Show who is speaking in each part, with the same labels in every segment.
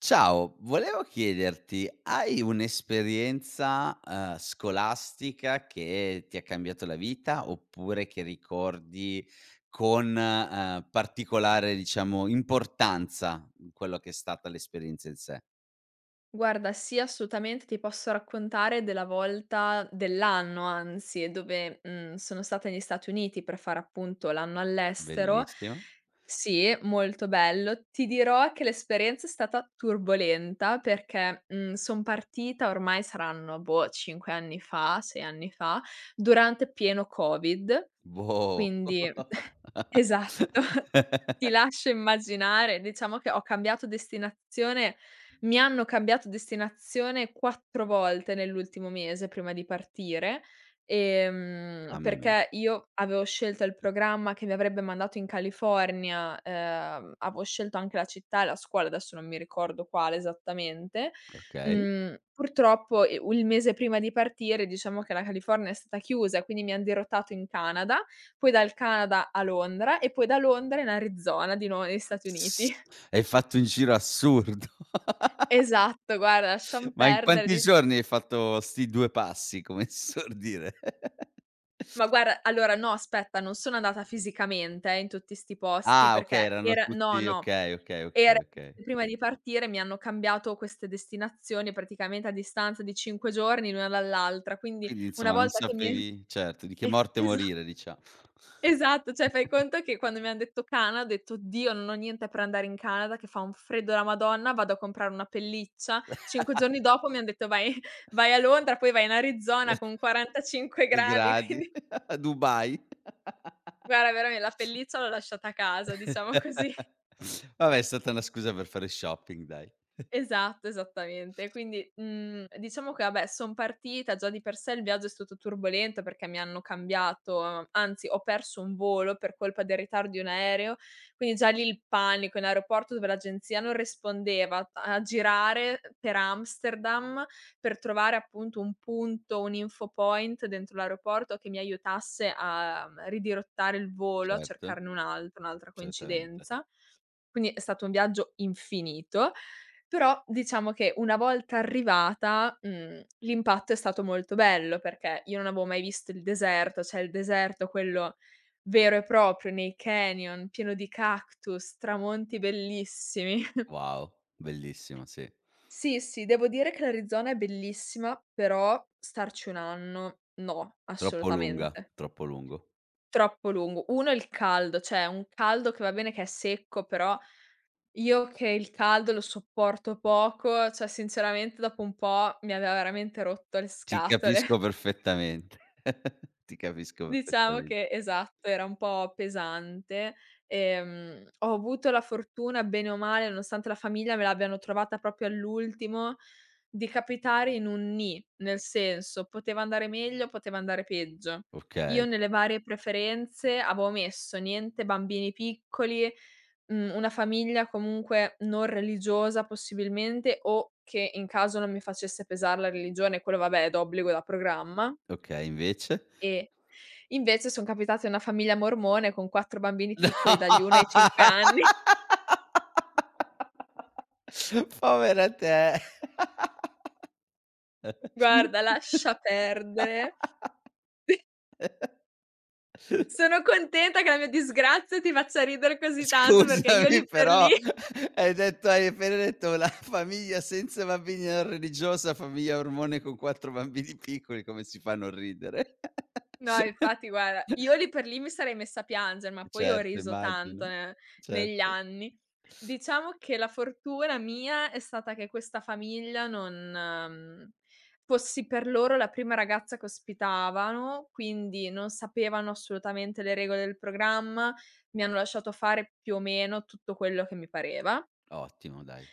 Speaker 1: Ciao, volevo chiederti, hai un'esperienza, scolastica che ti ha cambiato la vita, oppure che ricordi con, particolare, diciamo, importanza, quello che è stata l'esperienza in sé?
Speaker 2: Guarda, sì, assolutamente ti posso raccontare della volta dell'anno, anzi, dove, sono stata negli Stati Uniti per fare appunto l'anno all'estero.
Speaker 1: Bellissimo.
Speaker 2: Sì, molto bello. Ti dirò che l'esperienza è stata turbolenta perché, son partita ormai saranno, boh, 5 anni fa, 6 anni fa, durante pieno Covid,
Speaker 1: Boh!
Speaker 2: quindi esatto. Ti lascio immaginare. Diciamo che ho cambiato destinazione mi hanno cambiato destinazione 4 volte nell'ultimo mese prima di partire,
Speaker 1: Mamma mia,
Speaker 2: perché io avevo scelto il programma che mi avrebbe mandato in California, avevo scelto anche la città e la scuola, adesso non mi ricordo quale esattamente.
Speaker 1: okay.
Speaker 2: Purtroppo, u il mese prima di partire diciamo che la California è stata chiusa, quindi mi han dirottato in Canada, poi dal Canada a Londra e poi da Londra in Arizona di nuovo negli Stati Uniti.
Speaker 1: Pss, hai fatto un giro assurdo.
Speaker 2: Esatto, guarda, lasciam
Speaker 1: Ma in
Speaker 2: perdere
Speaker 1: quanti
Speaker 2: di
Speaker 1: giorni hai fatto 'sti due passi, come si suol dire?
Speaker 2: ma guarda, allora no, aspetta, non sono andata fisicamente in tutti 'sti posti,
Speaker 1: Ah okay,
Speaker 2: perché
Speaker 1: erano
Speaker 2: era no,
Speaker 1: tutti
Speaker 2: no,
Speaker 1: okay, okay, okay,
Speaker 2: era
Speaker 1: okay.
Speaker 2: prima di partire mi hanno cambiato queste destinazioni praticamente a distanza di 5 giorni l'una dall'altra, quindi
Speaker 1: Quindi
Speaker 2: una
Speaker 1: insomma non
Speaker 2: volta che mi
Speaker 1: sapevi certo di che
Speaker 2: es
Speaker 1: morte
Speaker 2: esa
Speaker 1: morire, diciamo.
Speaker 2: Esatto, cioè fai conto che quando mi han detto Canada ho detto: "Oddio, non ho niente per andare in Canada, che fa un freddo da Madonna, vado a comprare una pelliccia." 5 giorni dopo mi han detto: vai a Londra, poi vai in Arizona con 45
Speaker 1: Che
Speaker 2: gradi."
Speaker 1: gradi,
Speaker 2: Quindi
Speaker 1: a Dubai.
Speaker 2: guarda, veramen la pelliccia l'ho lasciata a casa, diciamo così.
Speaker 1: Vabbè, è stata una scusa per fare shopping, dai.
Speaker 2: Esatto, esattamente. Quindi, diciamo che vabbè, son partita. Già di per sé il viaggio è stato turbolento, perché mi hanno cambiato anzi ho perso un volo per colpa del ritardo di un aereo, quindi già lì il panico in aeroporto dove l'agenzia non rispondeva, a girare per Amsterdam per trovare appunto un punto, un info point dentro l'aeroporto che mi aiutasse a ridirottare il volo, a
Speaker 1: Certo,
Speaker 2: cercarne un altro, un'altra
Speaker 1: certamente.
Speaker 2: coincidenza. Quindi è stato un viaggio infinito. Però diciamo che una volta arrivata, l'impatto è stato molto bello, perché io non avevo mai visto il deserto, cioè il deserto quello vero e proprio, nei canyon, pieno di cactus, tramonti bellissimi.
Speaker 1: Wow, bellissimo, sì.
Speaker 2: Sì, sì, devo dire che l'Arizona è bellissima, però starci 1 anno no,
Speaker 1: Troppo lunga,
Speaker 2: assolutamente.
Speaker 1: troppo lungo.
Speaker 2: Troppo lungo. 1, il caldo, cioè un caldo che va bene che è secco, però io che il caldo lo sopporto poco, cioè sinceramente dopo un po' mi aveva veramente rotto le
Speaker 1: Ti
Speaker 2: scatole.
Speaker 1: capisco perfettamente. Ti capisco
Speaker 2: Diciamo
Speaker 1: perfettamente.
Speaker 2: che esatto, era un po' pesante. Ho avuto la fortuna, bene o male, nonostante la famiglia me l'abbiano trovata proprio all'ultimo, di capitare in un nel senso, poteva andare meglio, poteva andare peggio. Io
Speaker 1: Okay,
Speaker 2: nelle varie preferenze avevo messo niente bambini piccoli, una famiglia comunque non religiosa possibilmente, o che in caso non mi facesse pesar la religione, quello vabbè è d'obbligo da programma.
Speaker 1: okay, invece?
Speaker 2: E invece son capitata in una famiglia mormone con 4 bambini
Speaker 1: No.
Speaker 2: piccoli dagli 1 ai 5 anni.
Speaker 1: Povera te.
Speaker 2: Guarda, lascia perdere. Sono contenta che la mia disgrazia ti faccia ridere così tanto, perché io
Speaker 1: Scusami,
Speaker 2: lì per lì
Speaker 1: però hai appena detto la famiglia senza bambini non religiosa, famiglia mormone con quattro bambini piccoli, come si fa a non ridere?
Speaker 2: no, infatti guarda, io lì per lì mi sarei messa a piangere, ma poi ho
Speaker 1: Certo,
Speaker 2: riso tanto
Speaker 1: immagino.
Speaker 2: ne negli
Speaker 1: Certo.
Speaker 2: anni. Diciamo che la fortuna mia è stata che questa famiglia non fossi per loro la prima ragazza che ospitavano, quindi non sapevano assolutamente le regole del programma, mi hanno lasciato fare più o meno tutto quello che mi pareva.
Speaker 1: Ottimo dai.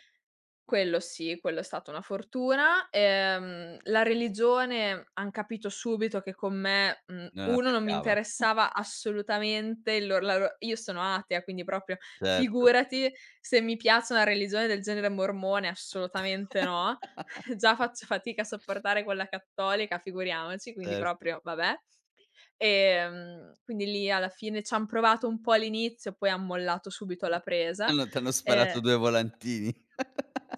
Speaker 2: Quello sì, quello è stata una fortuna. La religione han capito subito che con me,
Speaker 1: Non
Speaker 2: 1, non mi
Speaker 1: attaccava?
Speaker 2: interessava assolutamente, il lor la lo io sono atea, quindi proprio
Speaker 1: Certo,
Speaker 2: figurati se mi piace una religione del genere mormone, assolutamente no. Già faccio fatica a sopportare quella cattolica, figuriamoci, quindi
Speaker 1: certo.
Speaker 2: proprio vabbè. Quindi lì alla fine c'han provato un po' all'inizio, poi han mollato subito la presa.
Speaker 1: Hanno t'hanno sparato
Speaker 2: Ehm
Speaker 1: due volantini.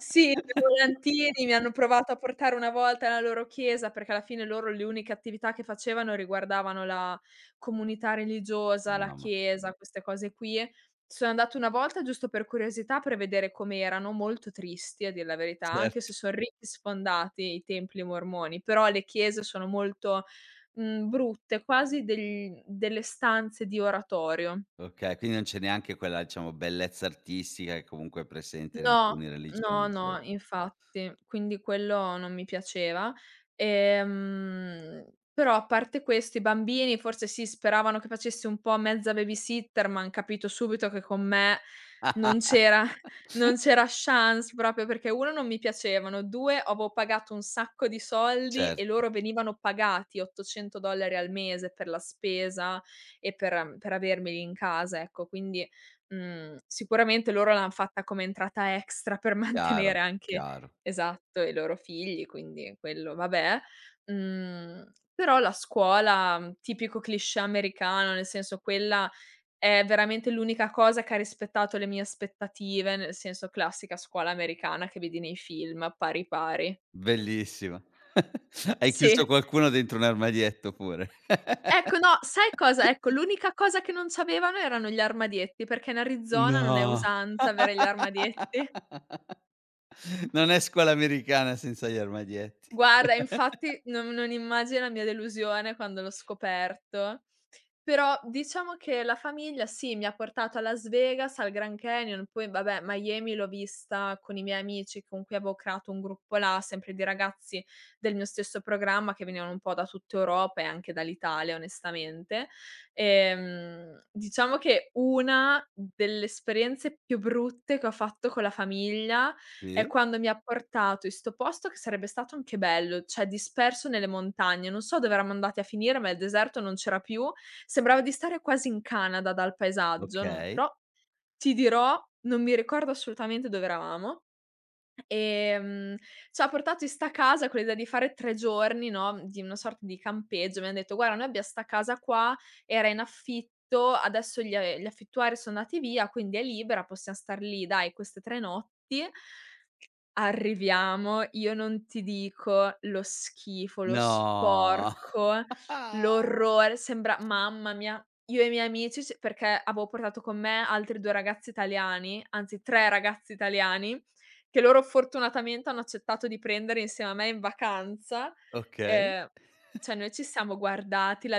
Speaker 2: sì, i volantini mi hanno provato a portare una volta nella loro chiesa, perché alla fine loro le uniche attività che facevano riguardavano la comunità religiosa, la
Speaker 1: Mamma
Speaker 2: chiesa, queste cose qui. Sono andata una volta giusto per curiosità, per vedere com'erano, molto tristi a dir la verità, anche se
Speaker 1: Certo.
Speaker 2: son ricchi sfondati i templi mormoni, però le chiese sono molto, brutte, quasi degl delle stanze di oratorio.
Speaker 1: Okay, quindi non c'è neanche quella, diciamo, bellezza artistica che comunque è presente in
Speaker 2: No,
Speaker 1: alcune
Speaker 2: no,
Speaker 1: religioni,
Speaker 2: no, infatti, quindi quello non mi piaceva. Ehm, Però a parte questo i bambini, forse sì, speravano che facessi un po' mezza babysitter, ma han capito subito che con me non c'era non c'era chance, proprio perché 1, non mi piacevano, 2, avevo pagato un sacco di soldi e
Speaker 1: certo,
Speaker 2: loro venivano pagati $800 al mese per la spesa e per avermeli in casa, ecco, quindi sicuramente loro l'han fatta come entrata extra per
Speaker 1: chiaro,
Speaker 2: mantenere anche,
Speaker 1: chiaro.
Speaker 2: esatto, i loro figli, quindi quello vabbè. Però la scuola, tipico cliché americano, nel senso quella è veramente l'unica cosa che ha rispettato le mie aspettative, nel senso classica scuola americana che vedi nei film, pari pari.
Speaker 1: Bellissima. Hai chiuso
Speaker 2: Sì.
Speaker 1: qualcuno dentro un armadietto pure.
Speaker 2: Ecco no, sai cosa? Ecco, l'unica cosa che non c'avevano erano gli armadietti, perché in Arizona non è
Speaker 1: No.
Speaker 2: usanza avere gli armadietti.
Speaker 1: Non è scuola americana senza gli armadietti.
Speaker 2: Guarda, infatti non immagini la mia delusione quando l'ho scoperto, però diciamo che la famiglia sì, mi ha portato a Las Vegas, al Grand Canyon, poi vabbè Miami l'ho vista con i miei amici con cui avevo creato un gruppo là, sempre di ragazzi del mio stesso programma che venivano un po' da tutta Europa e anche dall'Italia, onestamente. Diciamo che una delle esperienze più brutte che ho fatto con la famiglia è
Speaker 1: Sì,
Speaker 2: quando mi ha portato in 'sto posto che sarebbe stato anche bello, cioè disperso nelle montagne, non so dove eravamo andati a finire, ma il deserto non c'era più. Sembrava di stare quasi in Canada dal paesaggio, non
Speaker 1: okay.
Speaker 2: però ti dirò, non mi ricordo assolutamente dove eravamo. Ehm, C'ha portato in 'sta casa con l'idea di fare 3 giorni, no, di una sorta di campeggio. Mi han detto: "Guarda, noi abbia 'sta casa qua, era in affitto, adesso gli affittuari so' andati via, quindi è libera, possiam star lì, dai, queste 3 notti". Arriviamo, io non ti dico lo schifo, lo
Speaker 1: No.
Speaker 2: sporco, l'orrore, sembra mamma mia, io e i miei amici c perché avevo portato con me altri 2 ragazzi italiani, anzi 3 ragazzi italiani, che loro fortunatamente hanno accettato di prendere insieme a me in vacanza,
Speaker 1: Okay.
Speaker 2: ehm, cioè noi ci siamo guardati, la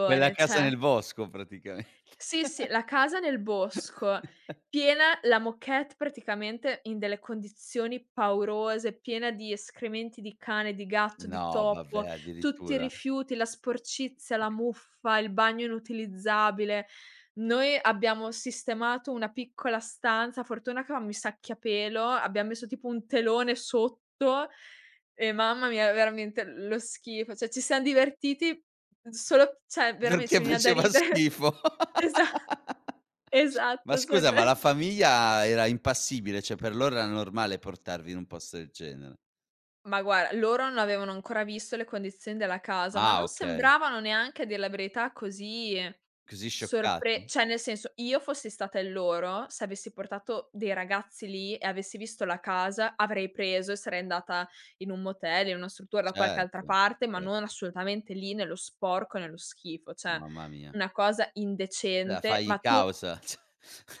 Speaker 1: Quella casa
Speaker 2: cioè
Speaker 1: nel bosco praticamente.
Speaker 2: sì, sì, la casa nel bosco, piena la moquette, praticamente in delle condizioni paurose, piena di escrementi di cane, di gatto, di
Speaker 1: No,
Speaker 2: topo,
Speaker 1: vabbè,
Speaker 2: tutti i
Speaker 1: addirittura.
Speaker 2: rifiuti, la sporcizia, la muffa, il bagno inutilizzabile. Noi abbiamo sistemato una piccola stanza, fortuna che avevamo i sacchi a pelo, abbiam messo tipo un telone sotto, e mamma mia, veramente lo schifo. Cioè ci siam divertiti solo, cioè veramente ci
Speaker 1: Perché
Speaker 2: veniva da
Speaker 1: faceva
Speaker 2: ridere.
Speaker 1: schifo.
Speaker 2: Esa
Speaker 1: Ma
Speaker 2: Esatto,
Speaker 1: scusa,
Speaker 2: sarebbe
Speaker 1: ma la famiglia era impassibile, cioè per loro era normale portarvi in un posto del genere?
Speaker 2: ma guarda, loro non avevano ancora visto le condizioni della casa, ma
Speaker 1: Ah
Speaker 2: non
Speaker 1: okay,
Speaker 2: sembravano neanche, a dir la verità, così
Speaker 1: così
Speaker 2: sorpre
Speaker 1: scioccati?
Speaker 2: cioè, nel senso, io fossi stata in loro, se avessi portato dei ragazzi lì e avessi visto la casa, avrei preso e sarei andata in un motel, in una struttura da qualche altra
Speaker 1: Certo,
Speaker 2: parte, ma non
Speaker 1: certo,
Speaker 2: assolutamente lì nello sporco, nello schifo. Cioè,
Speaker 1: mamma mia.
Speaker 2: una cosa
Speaker 1: Allora
Speaker 2: indecente,
Speaker 1: fagli
Speaker 2: ma tu
Speaker 1: causa, cioè.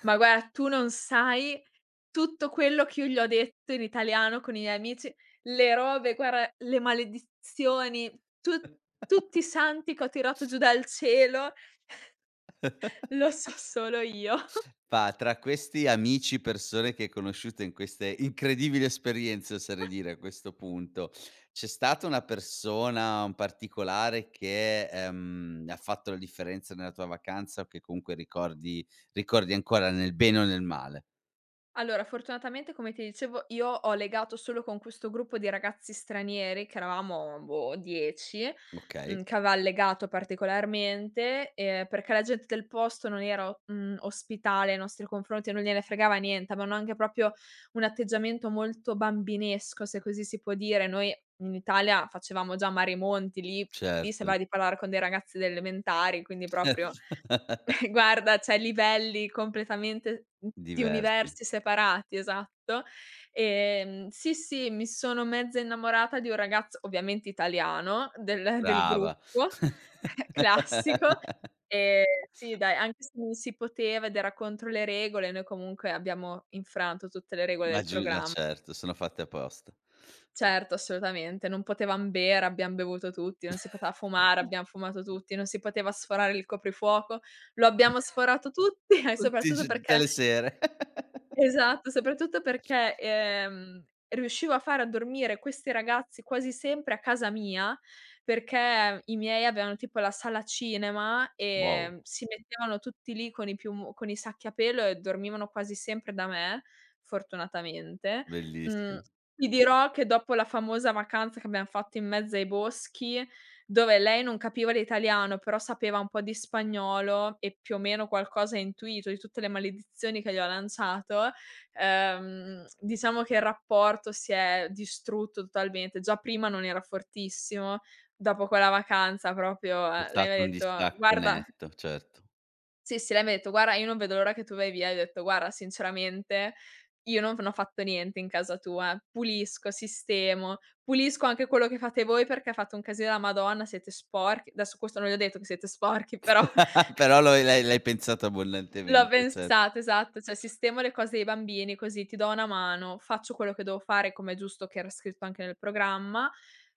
Speaker 2: ma guarda, tu non sai tutto quello che io gli ho detto in italiano con i miei amici, le robe, guarda, le maledizioni, tu tutti i santi che ho tirato giù dal cielo, lo so solo io.
Speaker 1: Fa tra questi amici, persone che hai conosciuto in queste incredibili esperienze, oserei dire a questo punto, c'è stata una persona, un particolare che, ha fatto la differenza nella tua vacanza o che comunque ricordi ancora nel bene o nel male?
Speaker 2: Allora, fortunatamente, come ti dicevo, io ho legato solo con questo gruppo di ragazzi stranieri, che eravamo, boh, 10,
Speaker 1: Okay.
Speaker 2: che aveva legato particolarmente, perché la gente del posto non era o ospitale nei nostri confronti, non gliene fregava niente, avevano anche proprio un atteggiamento molto bambinesco, se così si può dire. Noi in Italia facevamo già mari e monti, lì
Speaker 1: Certo,
Speaker 2: sembrava di parlare con dei ragazzi delle elementari, quindi proprio guarda, cioè livelli completamente, di
Speaker 1: diversi.
Speaker 2: universi separati, esatto. Sì, sì, mi sono mezza innamorata di un ragazzo, ovviamente italiano, del
Speaker 1: Brava.
Speaker 2: gruppo, classico. Ehm, sì dai, anche se non si poteva ed era contro le regole, noi comunque abbiamo infranto tutte le regole
Speaker 1: Ma
Speaker 2: del
Speaker 1: giu ma
Speaker 2: programma.
Speaker 1: certo, sono fatte apposta.
Speaker 2: Certo, assolutamente. Non potevam bere, abbiam bevuto tutti, non si poteva fumare, abbiam fumato tutti, non si poteva sforare il coprifuoco, lo abbiamo sforato tutti e
Speaker 1: Tutti i g
Speaker 2: soprattutto
Speaker 1: tutte
Speaker 2: perché
Speaker 1: le sere.
Speaker 2: esatto, soprattutto perché, riuscivo a fare a dormire questi ragazzi quasi sempre a casa mia, perché i miei avevano tipo la sala cinema,
Speaker 1: Wow,
Speaker 2: si mettevano tutti lì con i sacchi a pelo e dormivano quasi sempre da me, fortunatamente. Mhmm,
Speaker 1: bellissimo.
Speaker 2: ti dirò che dopo la famosa vacanza che abbiam fatto in mezzo ai boschi, dove lei non capiva l'italiano, però sapeva un po' di spagnolo e più o meno qualcosa ha intuito di tutte le maledizioni che gli ho lanciato, diciamo che il rapporto si è distrutto totalmente. Già prima non era fortissimo, dopo quella vacanza proprio,
Speaker 1: C'è
Speaker 2: lei mi ha
Speaker 1: stato un
Speaker 2: detto:
Speaker 1: distacco
Speaker 2: "Guarda."
Speaker 1: netto, certo.
Speaker 2: Sì, sì, lei mi ha detto: "Guarda, io non vedo l'ora che tu vai via." Io ho detto: "Guarda, sinceramente io non ho fatto niente in casa tua. Pulisco, sistemo, pulisco anche quello che fate voi perché fate un casino della Madonna, siete sporchi." Adesso questo non gli ho detto che siete sporchi, però
Speaker 1: Però lo l'hai l'hai pensato
Speaker 2: l'ho
Speaker 1: abbondantemente. Cer
Speaker 2: pensato, esatto, cioè sistemo le cose dei bambini così ti do una mano, faccio quello che devo fare come è giusto che era scritto anche nel programma.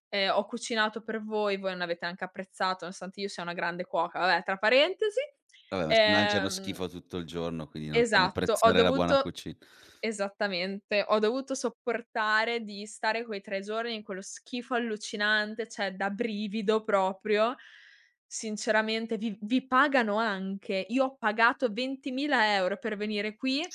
Speaker 2: Ho cucinato per voi, voi non avete anche apprezzato nonostante io sia una grande cuoca, vabbè tra parentesi.
Speaker 1: Vabbè, ma si mangiano
Speaker 2: Ehm
Speaker 1: schifo tutto il giorno, quindi non sanno
Speaker 2: Esatto, ho
Speaker 1: apprezzare la buona
Speaker 2: dovuto
Speaker 1: cucina.
Speaker 2: esattamente, ho dovuto sopportare di stare quei 3 giorni in quello schifo allucinante, cioè da brivido proprio. Sinceramente vi pagano anche. Io ho pagato 20.000 € per venire qui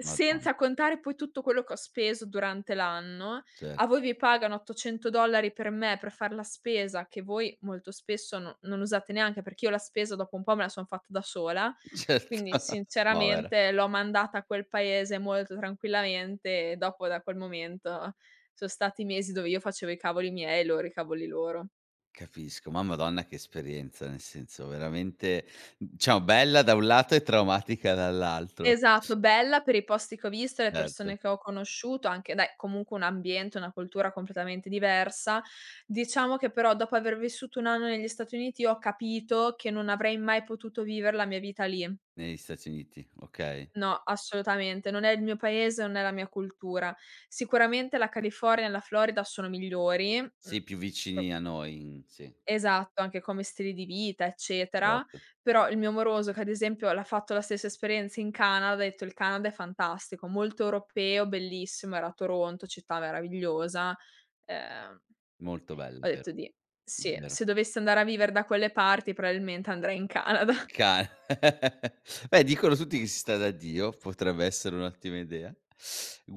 Speaker 1: Madonna,
Speaker 2: contare poi tutto quello che ho speso durante l'anno. A
Speaker 1: certo,
Speaker 2: voi vi pagano 800 dollari per me, per far la spesa, che voi molto spesso non usate neanche, perché io la spesa dopo un po' me la son fatta da sola.
Speaker 1: certo,
Speaker 2: Quindi
Speaker 1: povera.
Speaker 2: sinceramente l'ho mandata a quel paese molto tranquillamente e dopo da quel momento son stati mesi dove io facevo i cavoli miei e loro i cavoli loro.
Speaker 1: Capisco, ma madonna che esperienza, nel senso veramente diciamo bella da un lato e traumatica dall'altro.
Speaker 2: Esatto, bella per i posti che ho visto, le
Speaker 1: Certo,
Speaker 2: persone che ho conosciuto, anche dai, comunque un ambiente, una cultura completamente diversa. Diciamo che però dopo aver vissuto 1 anno negli Stati Uniti ho capito che non avrei mai potuto vivere la mia vita lì.
Speaker 1: negli Stati Uniti, okay.
Speaker 2: No, assolutamente, non è il mio paese, non è la mia cultura. Sicuramente la California e la Florida sono migliori,
Speaker 1: Sì,
Speaker 2: mhmm.
Speaker 1: più vicini a noi, in sì,
Speaker 2: Esatto, anche come stili di vita, eccetera.
Speaker 1: certo.
Speaker 2: Però il mio moroso che ad esempio l'ha fatto la stessa esperienza in Canada, ha detto: "Il Canada è fantastico, molto europeo, bellissimo." Era a Toronto, città meravigliosa. Ehm,
Speaker 1: Molto bello,
Speaker 2: ho detto
Speaker 1: vero,
Speaker 2: di sì,
Speaker 1: vero.
Speaker 2: se dovessi andare a vivere da quelle parti probabilmente andrei in Canada.
Speaker 1: Un cane. Beh, dicono tutti che si sta da Dio, potrebbe essere un'ottima idea.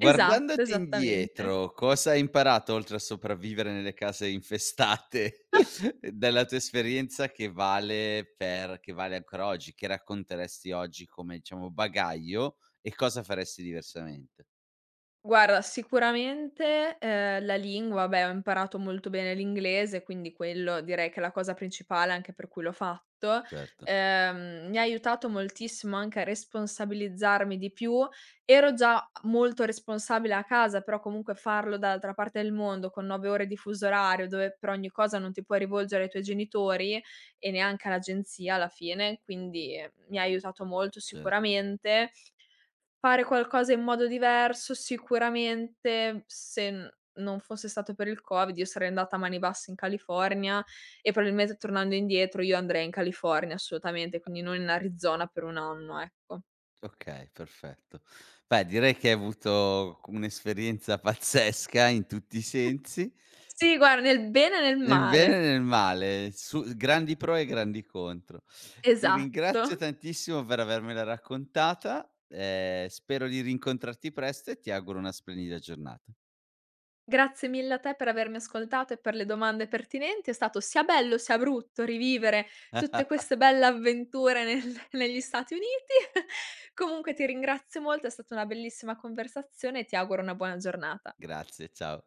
Speaker 2: Esatto, esattamente.
Speaker 1: indietro, cosa hai imparato oltre a sopravvivere nelle case infestate dalla tua esperienza che vale per che vale ancora oggi? Che racconteresti oggi come, diciamo, bagaglio e cosa faresti diversamente?
Speaker 2: Guarda, sicuramente, la lingua, beh, ho imparato molto bene l'inglese, quindi quello direi che è la cosa principale anche per cui l'ho fatto.
Speaker 1: Certo,
Speaker 2: Mi ha aiutato moltissimo anche a responsabilizzarmi di più. Ero già molto responsabile a casa, però comunque farlo dall'altra parte del mondo con 9 ore di fuso orario, dove per ogni cosa non ti puoi rivolgere ai tuoi genitori e neanche all'agenzia alla fine, quindi mi ha aiutato molto
Speaker 1: cer
Speaker 2: sicuramente. Fare qualcosa in modo diverso, sicuramente se n non fosse stato per il Covid io sarei andata a mani basse in California e probabilmente tornando indietro io andrei in California assolutamente, quindi non in Arizona per 1 anno, ecco.
Speaker 1: okay, perfetto. Beh, direi che hai avuto un'esperienza pazzesca in tutti i sensi.
Speaker 2: Sì, guarda, nel bene e nel
Speaker 1: Nel bene e
Speaker 2: male.
Speaker 1: nel male, su grandi pro e grandi contro. Ti ringrazio
Speaker 2: Esatto.
Speaker 1: tantissimo per avermela raccontata, spero di rincontrarti presto e ti auguro una splendida giornata.
Speaker 2: Grazie mille a te per avermi ascoltato e per le domande pertinenti. È stato sia bello sia brutto rivivere tutte queste belle avventure negli Stati Uniti. Comunque ti ringrazio molto, è stata una bellissima conversazione e ti auguro una buona giornata.
Speaker 1: Grazie, ciao.